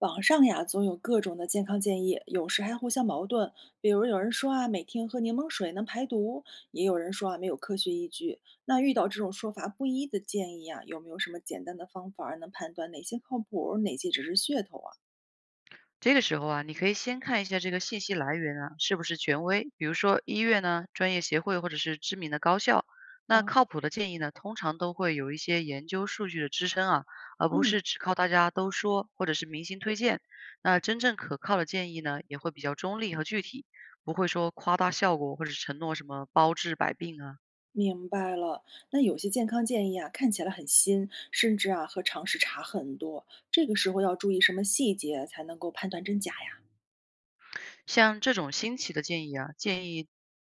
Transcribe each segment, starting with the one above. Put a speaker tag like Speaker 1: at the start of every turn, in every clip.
Speaker 1: 网上呀，总有各种的健康建议，有时还互相矛盾。比如有人说啊，每天喝柠檬水能排毒，也有人说啊，没有科学依据。那遇到这种说法不一的建议啊，有没有什么简单的方法儿能判断哪些靠谱，哪些只是噱头啊？
Speaker 2: 这个时候啊，你可以先看一下这个信息来源啊，是不是权威，比如说医院呢、专业协会或者是知名的高校。那靠
Speaker 1: 哦。
Speaker 2: 谱的建议呢，通常都会有一些研究数据的支撑啊，而不
Speaker 1: 嗯。
Speaker 2: 是只靠大家都说或者是明星推荐。那真正可靠的建议呢，也会比较中立和具体，不会说夸大效果或者是承诺什么包治百病啊。
Speaker 1: 明白了。那有些健康建议啊，看起来很新，甚至啊和常识差很多。这个时候要注意什么细节才能够判断真假呀？
Speaker 2: 像这种新奇的建议啊，建议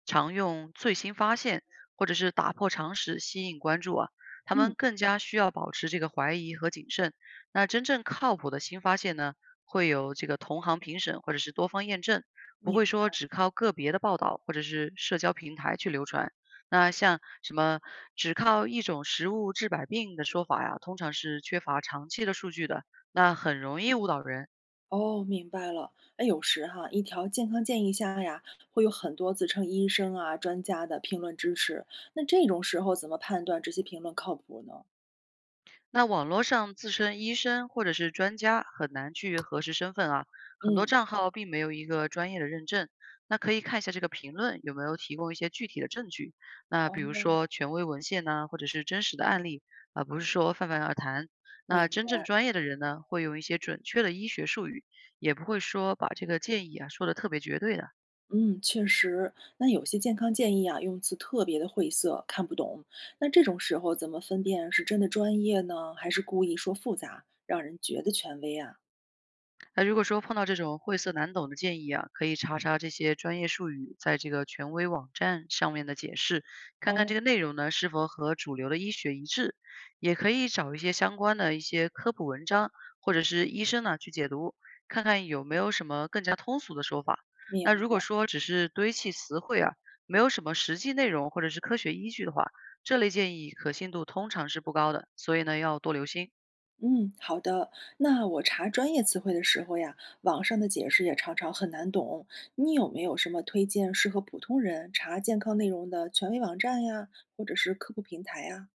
Speaker 2: 常用最新发现或者是打破常识吸引关注啊，他
Speaker 1: 嗯。
Speaker 2: 们更加需要保持这个怀疑和谨慎。那真正靠谱的新发现呢，会有这个同行评审或者是多方验证，不会
Speaker 1: 明
Speaker 2: 说
Speaker 1: 白。
Speaker 2: 只靠个别的报道或者是社交平台去流传。那像什么只靠一种食物治百病的说法呀，通常是缺乏长期的数据的，那很容易误导人。
Speaker 1: 哦，明白了。哎，有时哈，一条健康建议下呀，会有很多自称医生啊、专家的评论支持。那这种时候怎么判断这些评论靠谱呢？
Speaker 2: 那网络上自称医生或者是专家很难去核实身份啊，很多
Speaker 1: 嗯。
Speaker 2: 账号并没有一个专业的认证。那可以看一下这个评论有没有提供一些具体的证据，那比
Speaker 1: 哦。
Speaker 2: 如说权威文献呢，或者是真实的案例，而不是说泛泛而谈。那
Speaker 1: 明
Speaker 2: 真正
Speaker 1: 白。
Speaker 2: 专业的人呢，会用一些准确的医学术语，也不会说把这个建议啊说的特别绝对的。
Speaker 1: 嗯，确实。那有些健康建议啊，用词特别的晦涩，看不懂。那这种时候怎么分辨是真的专业呢，还是故意说复杂，让人觉得权威啊？
Speaker 2: 那如果说碰到这种晦涩难懂的建议啊，可以查查这些专业术语在这个权威网站上面的解释，看看
Speaker 1: 哦。
Speaker 2: 这个内容呢是否和主流的医学一致，也可以找一些相关的一些科普文章或者是医生呢去解读，看看有没有什么更加通俗的说法。那
Speaker 1: 明
Speaker 2: 如果
Speaker 1: 白。
Speaker 2: 说只是堆砌词汇啊，没有什么实际内容或者是科学依据的话，这类建议可信度通常是不高的，所以呢要多留心。
Speaker 1: 嗯，好的。那我查专业词汇的时候呀，网上的解释也常常很难懂。你有没有什么推荐适合普通人查健康内容的权威网站呀，或者是科普平台呀？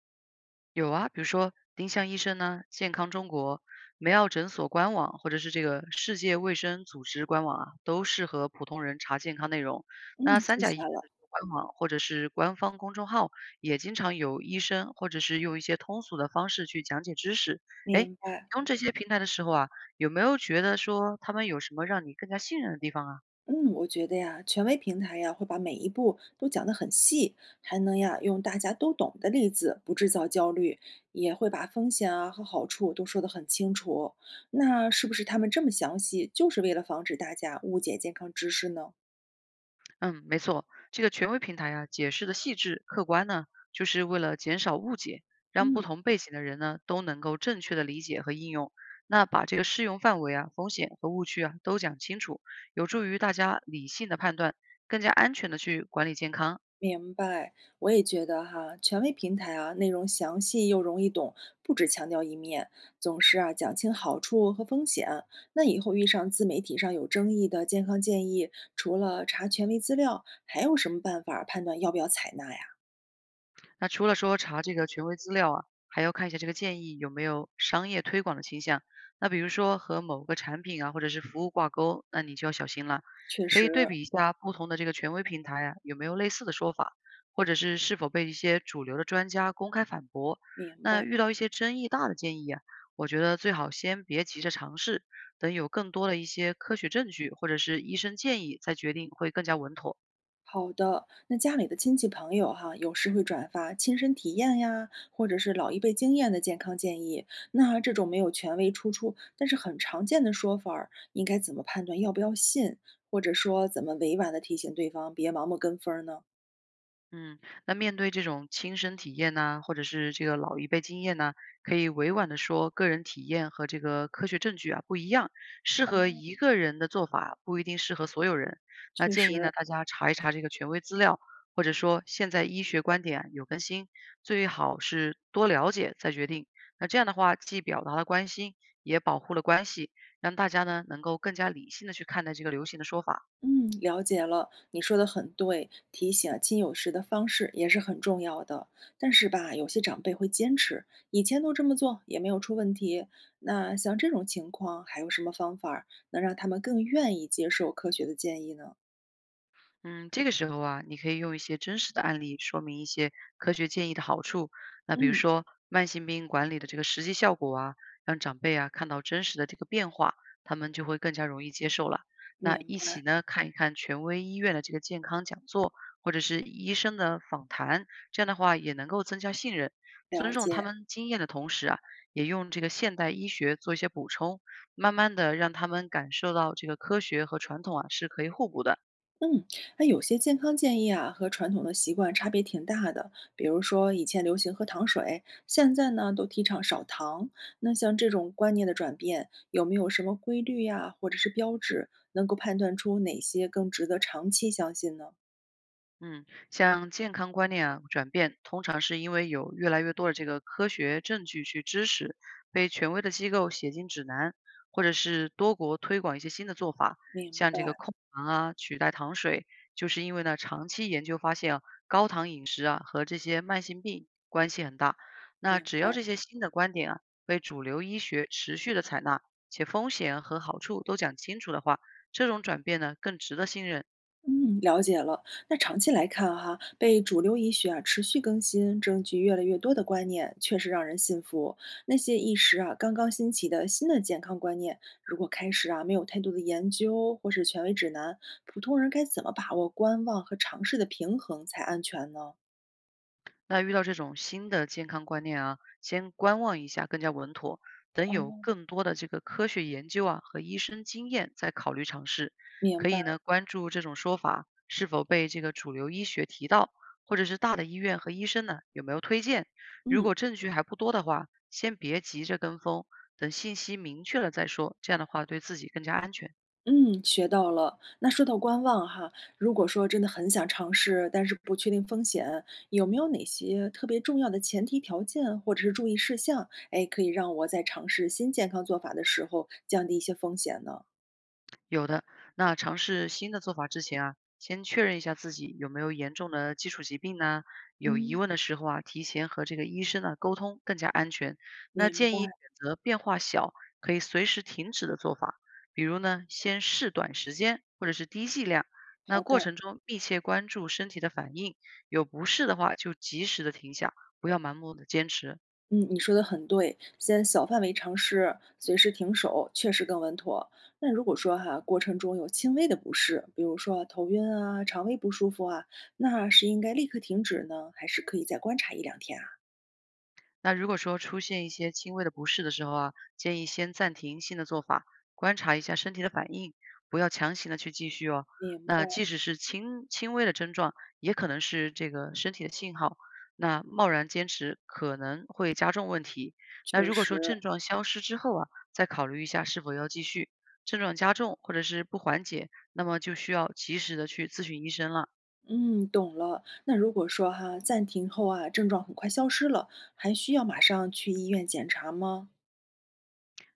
Speaker 2: 有啊，比如说丁香医生呢、健康中国、梅奥诊所官网，或者是这个世界卫生组织官网啊，都适合普通人查健康内容。
Speaker 1: 嗯，
Speaker 2: 那三
Speaker 1: 记
Speaker 2: 甲医院
Speaker 1: 下了。
Speaker 2: 的官网或者是官方公众号，也经常有医生或者是用一些通俗的方式去讲解知识。哎，你
Speaker 1: 明白。
Speaker 2: 用这些平台的时候啊，有没有觉得说他们有什么让你更加信任的地方啊？
Speaker 1: 嗯，我觉得呀，权威平台呀会把每一步都讲得很细，还能呀用大家都懂的例子，不制造焦虑，也会把风险啊和好处都说得很清楚。那是不是他们这么详细，就是为了防止大家误解健康知识呢？
Speaker 2: 嗯，没错，这个权威平台啊，解释的细致客观呢，就是为了减少误解，让不
Speaker 1: 嗯。
Speaker 2: 同背景的人呢都能够正确的理解和应用。那把这个适用范围啊、风险和误区啊都讲清楚，有助于大家理性的判断，更加安全的去管理健康。
Speaker 1: 明白。我也觉得哈，权威平台啊，内容详细又容易懂，不只强调一面，总是啊讲清好处和风险。那以后遇上自媒体上有争议的健康建议，除了查权威资料，还有什么办法判断要不要采纳呀？
Speaker 2: 那除了说查这个权威资料啊，还要看一下这个建议有没有商业推广的倾向。那比如说和某个产品啊或者是服务挂钩，那你就要小心了。
Speaker 1: 确
Speaker 2: 可以对
Speaker 1: 实。
Speaker 2: 比一下不同的这个权威平台啊，有没有类似的说法，或者是是否被一些主流的专家公开反驳。
Speaker 1: 明
Speaker 2: 那
Speaker 1: 白。
Speaker 2: 遇到一些争议大的建议啊，我觉得最好先别急着尝试，等有更多的一些科学证据或者是医生建议，再决定会更加稳妥。
Speaker 1: 好的，那家里的亲戚朋友哈，有时会转发亲身体验呀，或者是老一辈经验的健康建议。那这种没有权威出处，但是很常见的说法儿，应该怎么判断要不要信，或者说怎么委婉的提醒对方别盲目跟风儿呢？
Speaker 2: 嗯，那面对这种亲身体验呐，或者是这个老一辈经验呢，可以委婉的说，个人体验和这个科学证据啊不一样，适
Speaker 1: 啊，
Speaker 2: 合一个人的做法不一定适合所有人。那
Speaker 1: 确
Speaker 2: 建议
Speaker 1: 实。
Speaker 2: 呢，大家查一查这个权威资料，或者说现在医学观点啊有更新，最好是多了解再决定。那这样的话，既表达了关心，也保护了关系，让大家呢能够更加理性的去看待这个流行的说法。
Speaker 1: 嗯，了解了，你说的很对，提醒亲友时的方式也是很重要的。但是吧，有些长辈会坚持，以前都这么做也没有出问题。那像这种情况，还有什么方法儿能让他们更愿意接受科学的建议呢？
Speaker 2: 嗯，这个时候啊，你可以用一些真实的案例说明一些科学建议的好处。那比如
Speaker 1: 嗯。
Speaker 2: 说慢性病管理的这个实际效果啊，让长辈啊看到真实的这个变化，他们就会更加容易接受了。那
Speaker 1: 明
Speaker 2: 一起
Speaker 1: 白。
Speaker 2: 呢看一看权威医院的这个健康讲座，或者是医生的访谈，这样的话也能够增加信任。尊
Speaker 1: 了
Speaker 2: 重他
Speaker 1: 解。
Speaker 2: 们经验的同时啊，也用这个现代医学做一些补充，慢慢的让他们感受到这个科学和传统啊是可以互补的。
Speaker 1: 嗯，那有些健康建议啊，和传统的习惯差别挺大的。比如说，以前流行喝糖水，现在呢都提倡少糖。那像这种观念的转变，有没有什么规律呀，或者是标志，能够判断出哪些更值得长期相信呢？
Speaker 2: 嗯，像健康观念啊转变，通常是因为有越来越多的这个科学证据去支持，被权威的机构写进指南，或者是多国推广一些新的做法，
Speaker 1: 明
Speaker 2: 像
Speaker 1: 白。
Speaker 2: 这个控糖啊取代糖水，就是因为呢长期研究发现啊，高糖饮食啊和这些慢性病关系很大。那
Speaker 1: 明
Speaker 2: 只要
Speaker 1: 白。
Speaker 2: 这些新的观点啊被主流医学持续的采纳，且风险和好处都讲清楚的话，这种转变呢更值得信任。
Speaker 1: 嗯，了解了。那长期来看哈，被主流医学啊持续更新、证据越来越多的观念，确实让人信服。那些一时啊刚刚兴起的新的健康观念，如果开始啊没有太多的研究或是权威指南，普通人该怎么把握观望和尝试的平衡才安全呢？
Speaker 2: 那遇到这种新的健康观念啊，先观望一下更加稳妥。等有
Speaker 1: 哦，
Speaker 2: 更多的这个科学研究啊和医生经验，再考虑尝试。
Speaker 1: 明
Speaker 2: 可以呢，
Speaker 1: 白。
Speaker 2: 关注这种说法是否被这个主流医学提到，或者是大的医院和医生呢有没有推荐。如
Speaker 1: 嗯。
Speaker 2: 果证据还不多的话，先别急着跟风，等信息明确了再说。这样的话，对自己更加安全。
Speaker 1: 嗯，学到了。那说到观望哈，如果说真的很想尝试，但是不确定风险，有没有哪些特别重要的前提条件或者是注意事项，哎，可以让我在尝试新健康做法的时候降低一些风险呢？
Speaker 2: 有的，那尝试新的做法之前啊，先确认一下自己有没有严重的基础疾病呢？有疑
Speaker 1: 嗯。
Speaker 2: 问的时候啊，提前和这个医生呢沟通更加安全。那
Speaker 1: 明
Speaker 2: 建议
Speaker 1: 白。
Speaker 2: 选择变化小、可以随时停止的做法，比如呢，先试短时间或者是低剂量。那
Speaker 1: 好
Speaker 2: 过
Speaker 1: 的。
Speaker 2: 程中密切关注身体的反应，有不适的话就及时的停下，不要盲目的坚持。
Speaker 1: 嗯，你说的很对，先小范围尝试，随时停手，确实更稳妥。那如果说哈、过程中有轻微的不适，比如说头晕啊、肠胃不舒服啊，那是应该立刻停止呢，还是可以再观察一两天啊？
Speaker 2: 那如果说出现一些轻微的不适的时候啊，建议先暂停新的做法，观察一下身体的反应，不要强行的去继续哦。
Speaker 1: 明白。
Speaker 2: 那即使是轻轻微的症状，也可能是这个身体的信号。那贸然坚持可能会加重问题。那
Speaker 1: 确
Speaker 2: 如果说
Speaker 1: 实。
Speaker 2: 症状消失之后啊，再考虑一下是否要继续。症状加重或者是不缓解，那么就需要及时的去咨询医生了。
Speaker 1: 嗯，懂了。那如果说哈、暂停后啊，症状很快消失了，还需要马上去医院检查吗？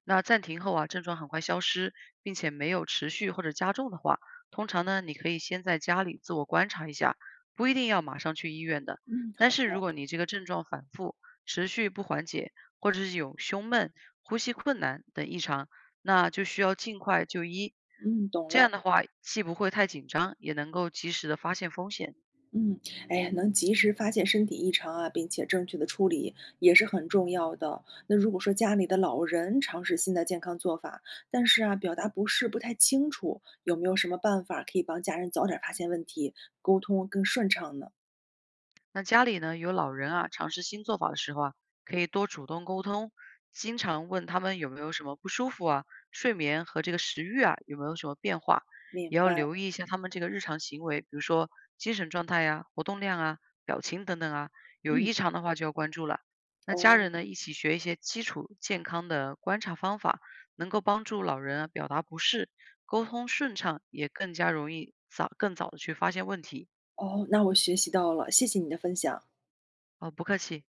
Speaker 2: 那暂停后啊，症状很快消失，并且没有持续或者加重的话，通常呢，你可以先在家里自我观察一下，不一定要马上去医院的。
Speaker 1: 嗯，
Speaker 2: 但
Speaker 1: 好
Speaker 2: 是如
Speaker 1: 的。
Speaker 2: 果你这个症状反复、持续不缓解，或者是有胸闷、呼吸困难等异常，那就需要尽快就医。
Speaker 1: 嗯，懂
Speaker 2: 这样
Speaker 1: 了。
Speaker 2: 的话，既不会太紧张，也能够及时的发现风险。
Speaker 1: 嗯。哎呀，能及时发现身体异常啊，并且正确的处理也是很重要的。那如果说家里的老人尝试新的健康做法，但是啊，表达不适不太清楚，有没有什么办法可以帮家人早点发现问题，沟通更顺畅呢？
Speaker 2: 那家里呢，有老人啊，尝试新做法的时候啊，可以多主动沟通，经常问他们有没有什么不舒服啊，睡眠和这个食欲啊有没有什么变化，也
Speaker 1: 明
Speaker 2: 要
Speaker 1: 白。
Speaker 2: 留意一下他们这个日常行为，比如说精神状态呀、活动量啊、表情等等啊，有
Speaker 1: 嗯。
Speaker 2: 异常的话就要关注了。那家
Speaker 1: 哦
Speaker 2: 人呢，一起学一些基础健康的观察方法，能够帮助老人啊表达不适，沟通顺畅，也更加容易更早的去发现问题。
Speaker 1: 哦，那我学习到了，谢谢你的分享。
Speaker 2: 哦，不客气。